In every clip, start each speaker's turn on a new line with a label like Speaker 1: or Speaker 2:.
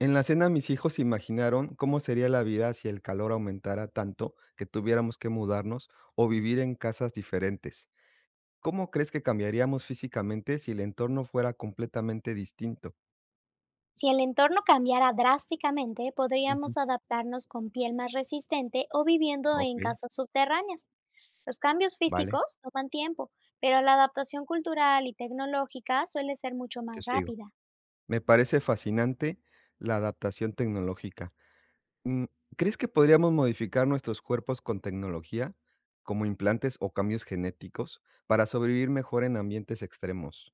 Speaker 1: En la cena mis hijos imaginaron cómo sería la vida si el calor aumentara tanto que tuviéramos que mudarnos o vivir en casas diferentes. ¿Cómo crees que cambiaríamos físicamente si el entorno fuera completamente distinto?
Speaker 2: Si el entorno cambiara drásticamente,
Speaker 1: Ujú.
Speaker 2: podríamos adaptarnos con piel más resistente o viviendo
Speaker 1: Ok.
Speaker 2: en casas subterráneas. Los cambios
Speaker 1: Vale.
Speaker 2: físicos toman tiempo, pero la adaptación cultural y tecnológica suele ser mucho
Speaker 1: Te
Speaker 2: más
Speaker 1: sigo.
Speaker 2: rápida.
Speaker 1: Me parece fascinante la adaptación tecnológica. Mm, ¿Crees que podríamos modificar nuestros cuerpos con tecnología, como implantes o cambios genéticos, para sobrevivir mejor en ambientes extremos?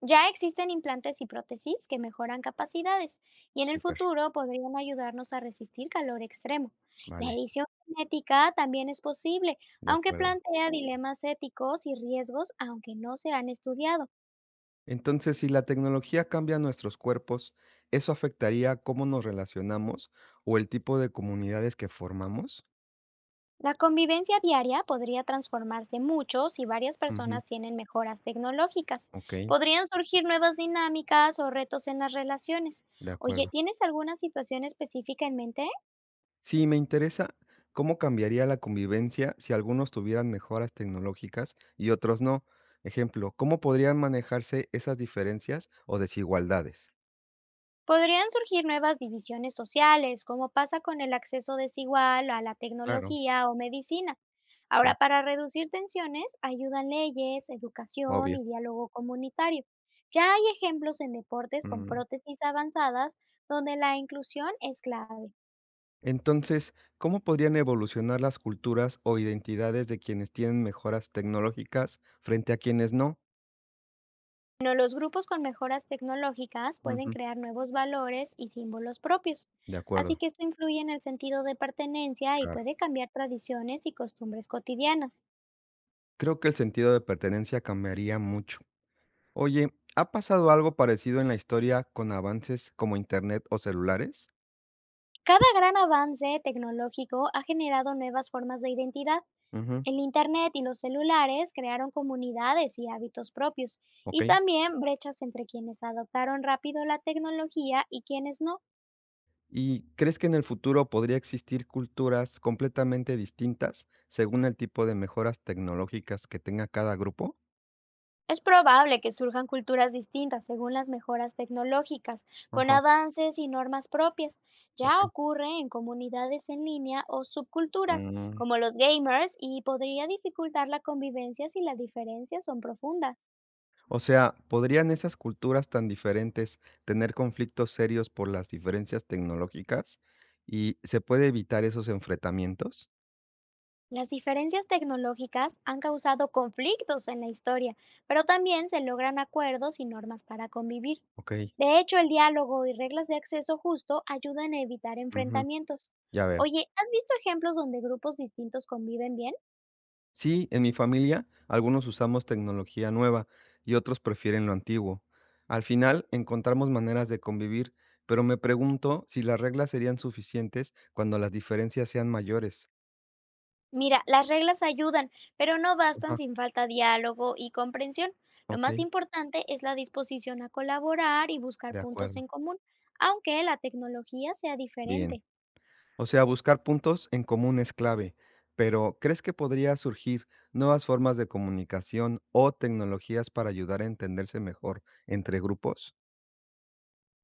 Speaker 2: Ya existen implantes y prótesis que mejoran capacidades y en el
Speaker 1: Súper.
Speaker 2: futuro podrían ayudarnos a resistir calor extremo. La
Speaker 1: Vale.
Speaker 2: edición genética también es posible,
Speaker 1: De
Speaker 2: aunque
Speaker 1: acuerdo.
Speaker 2: plantea dilemas éticos y riesgos aunque no se han estudiado.
Speaker 1: Entonces, si la tecnología cambia nuestros cuerpos, ¿eso afectaría cómo nos relacionamos o el tipo de comunidades que formamos?
Speaker 2: La convivencia diaria podría transformarse mucho si varias
Speaker 1: Ujú.
Speaker 2: personas tienen mejoras tecnológicas.
Speaker 1: Ok.
Speaker 2: Podrían surgir nuevas dinámicas o retos en las relaciones.
Speaker 1: De
Speaker 2: Oye,
Speaker 1: acuerdo.
Speaker 2: ¿tienes alguna situación específica en mente?
Speaker 1: Sí, me interesa cómo cambiaría la convivencia si algunos tuvieran mejoras tecnológicas y otros no. Ejemplo, ¿cómo podrían manejarse esas diferencias o desigualdades?
Speaker 2: Podrían surgir nuevas divisiones sociales, como pasa con el acceso desigual a la
Speaker 1: Claro.
Speaker 2: tecnología o medicina.
Speaker 1: Sí,
Speaker 2: Ahora, para reducir tensiones, ayudan leyes, educación
Speaker 1: obvio.
Speaker 2: y diálogo comunitario. Ya hay ejemplos en deportes con
Speaker 1: Mm.
Speaker 2: prótesis avanzadas donde la inclusión es clave.
Speaker 1: Entonces, ¿cómo podrían evolucionar las culturas o identidades de quienes tienen mejoras tecnológicas frente a quienes no?
Speaker 2: Bueno, los grupos con mejoras tecnológicas pueden
Speaker 1: Ujú.
Speaker 2: crear nuevos valores y símbolos propios,
Speaker 1: De
Speaker 2: así
Speaker 1: acuerdo.
Speaker 2: que esto influye en el sentido de pertenencia y
Speaker 1: Claro.
Speaker 2: puede cambiar tradiciones y costumbres cotidianas.
Speaker 1: Creo que el sentido de pertenencia cambiaría mucho. Oye, ¿ha pasado algo parecido en la historia con avances como Internet o celulares?
Speaker 2: Cada gran avance tecnológico ha generado nuevas formas de identidad.
Speaker 1: Ujú.
Speaker 2: El Internet y los celulares crearon comunidades y hábitos propios,
Speaker 1: Ok.
Speaker 2: y también brechas entre quienes adoptaron rápido la tecnología y quienes no.
Speaker 1: ¿Y crees que en el futuro podría existir culturas completamente distintas según el tipo de mejoras tecnológicas que tenga cada grupo?
Speaker 2: Es probable que surjan culturas distintas según las mejoras tecnológicas, con
Speaker 1: Ajá.
Speaker 2: avances y normas propias. Ya
Speaker 1: Ok.
Speaker 2: ocurre en comunidades en línea o subculturas,
Speaker 1: Mm,
Speaker 2: como los gamers, y podría dificultar la convivencia si las diferencias son profundas.
Speaker 1: O sea, ¿podrían esas culturas tan diferentes tener conflictos serios por las diferencias tecnológicas? ¿Y se puede evitar esos enfrentamientos?
Speaker 2: Las diferencias tecnológicas han causado conflictos en la historia, pero también se logran acuerdos y normas para convivir.
Speaker 1: Ok.
Speaker 2: De hecho, el diálogo y reglas de acceso justo ayudan a evitar
Speaker 1: Ujú,
Speaker 2: enfrentamientos.
Speaker 1: ya veo.
Speaker 2: Oye, ¿has visto ejemplos donde grupos distintos conviven bien?
Speaker 1: Sí, en mi familia algunos usamos tecnología nueva y otros prefieren lo antiguo. Al final encontramos maneras de convivir, pero me pregunto si las reglas serían suficientes cuando las diferencias sean mayores.
Speaker 2: Mira, las reglas ayudan, pero no bastan
Speaker 1: Ajá.
Speaker 2: sin falta diálogo y comprensión. Lo
Speaker 1: Ok.
Speaker 2: más importante es la disposición a colaborar y buscar
Speaker 1: De
Speaker 2: puntos
Speaker 1: acuerdo.
Speaker 2: en común, aunque la tecnología sea
Speaker 1: Bien.
Speaker 2: diferente.
Speaker 1: O sea, buscar puntos en común es clave, pero ¿crees que podría surgir nuevas formas de comunicación o tecnologías para ayudar a entenderse mejor entre grupos?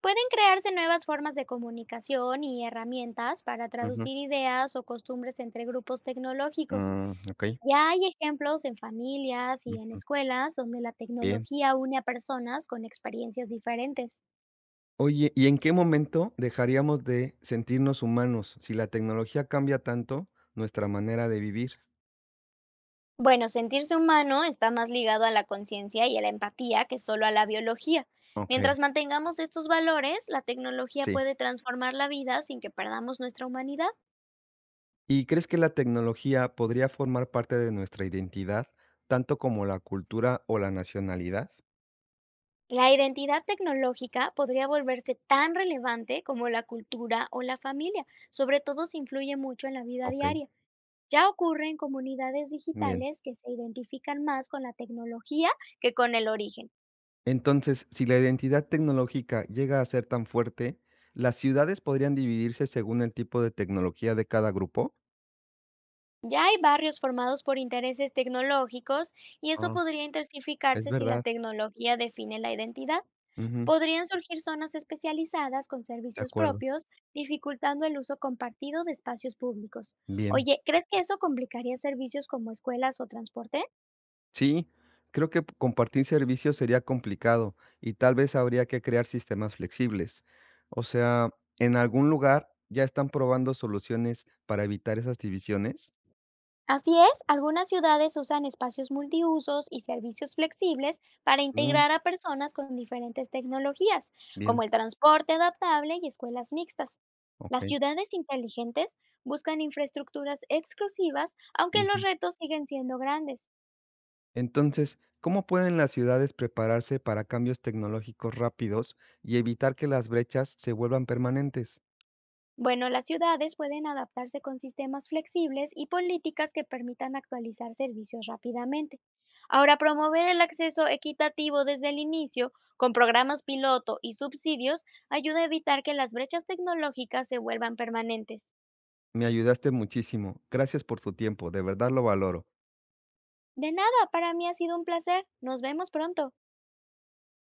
Speaker 2: Pueden crearse nuevas formas de comunicación y herramientas para
Speaker 1: Ujú.
Speaker 2: traducir ideas o costumbres entre grupos tecnológicos.
Speaker 1: Ok.
Speaker 2: Ya hay ejemplos en familias y en
Speaker 1: Ujú,
Speaker 2: escuelas donde la
Speaker 1: bien.
Speaker 2: tecnología une a personas con experiencias diferentes.
Speaker 1: Oye, ¿y en qué momento dejaríamos de sentirnos humanos si la tecnología cambia tanto nuestra manera de vivir?
Speaker 2: Bueno, sentirse humano está más ligado a la conciencia y a la empatía que solo a la biología.
Speaker 1: Ok.
Speaker 2: Mientras mantengamos estos valores, la tecnología
Speaker 1: Sí.
Speaker 2: puede transformar la vida sin que perdamos nuestra humanidad.
Speaker 1: ¿Y crees que la tecnología podría formar parte de nuestra identidad, tanto como la cultura o la nacionalidad?
Speaker 2: La identidad tecnológica podría volverse tan relevante como la cultura o la familia, sobre todo si influye mucho en la vida
Speaker 1: Ok.
Speaker 2: diaria. Ya ocurre en comunidades
Speaker 1: Bien.
Speaker 2: digitales que se identifican más con la tecnología que con el origen.
Speaker 1: Entonces, si la identidad tecnológica llega a ser tan fuerte, ¿las ciudades podrían dividirse según el tipo de tecnología de cada grupo?
Speaker 2: Ya hay barrios formados por intereses tecnológicos y eso
Speaker 1: Ah.
Speaker 2: podría
Speaker 1: Es
Speaker 2: intensificarse si la
Speaker 1: verdad.
Speaker 2: tecnología define la identidad.
Speaker 1: Ujú.
Speaker 2: Podrían surgir zonas especializadas con
Speaker 1: De
Speaker 2: servicios
Speaker 1: acuerdo.
Speaker 2: propios, dificultando el uso compartido de espacios públicos.
Speaker 1: Bien.
Speaker 2: Oye, ¿crees que eso complicaría servicios como escuelas o transporte?
Speaker 1: Sí, creo que compartir servicios sería complicado y tal vez habría que crear sistemas flexibles. O sea, ¿en algún lugar ya están probando soluciones para evitar esas divisiones?
Speaker 2: Así es, algunas ciudades usan espacios multiusos y servicios flexibles para
Speaker 1: Mm,
Speaker 2: integrar a personas con diferentes tecnologías,
Speaker 1: Bien.
Speaker 2: como el transporte adaptable y escuelas mixtas.
Speaker 1: Ok.
Speaker 2: Las ciudades inteligentes buscan infraestructuras exclusivas, aunque los retos siguen siendo grandes.
Speaker 1: Entonces, ¿cómo pueden las ciudades prepararse para cambios tecnológicos rápidos y evitar que las brechas se vuelvan permanentes?
Speaker 2: Bueno, las ciudades pueden adaptarse con sistemas flexibles y políticas que permitan actualizar servicios rápidamente. Ahora, promover el acceso equitativo desde el inicio, con programas piloto y subsidios, ayuda a evitar que las brechas tecnológicas se vuelvan permanentes.
Speaker 1: Me ayudaste muchísimo. Gracias por tu tiempo, de verdad lo valoro.
Speaker 2: De nada, para mí ha sido un placer. Nos vemos pronto.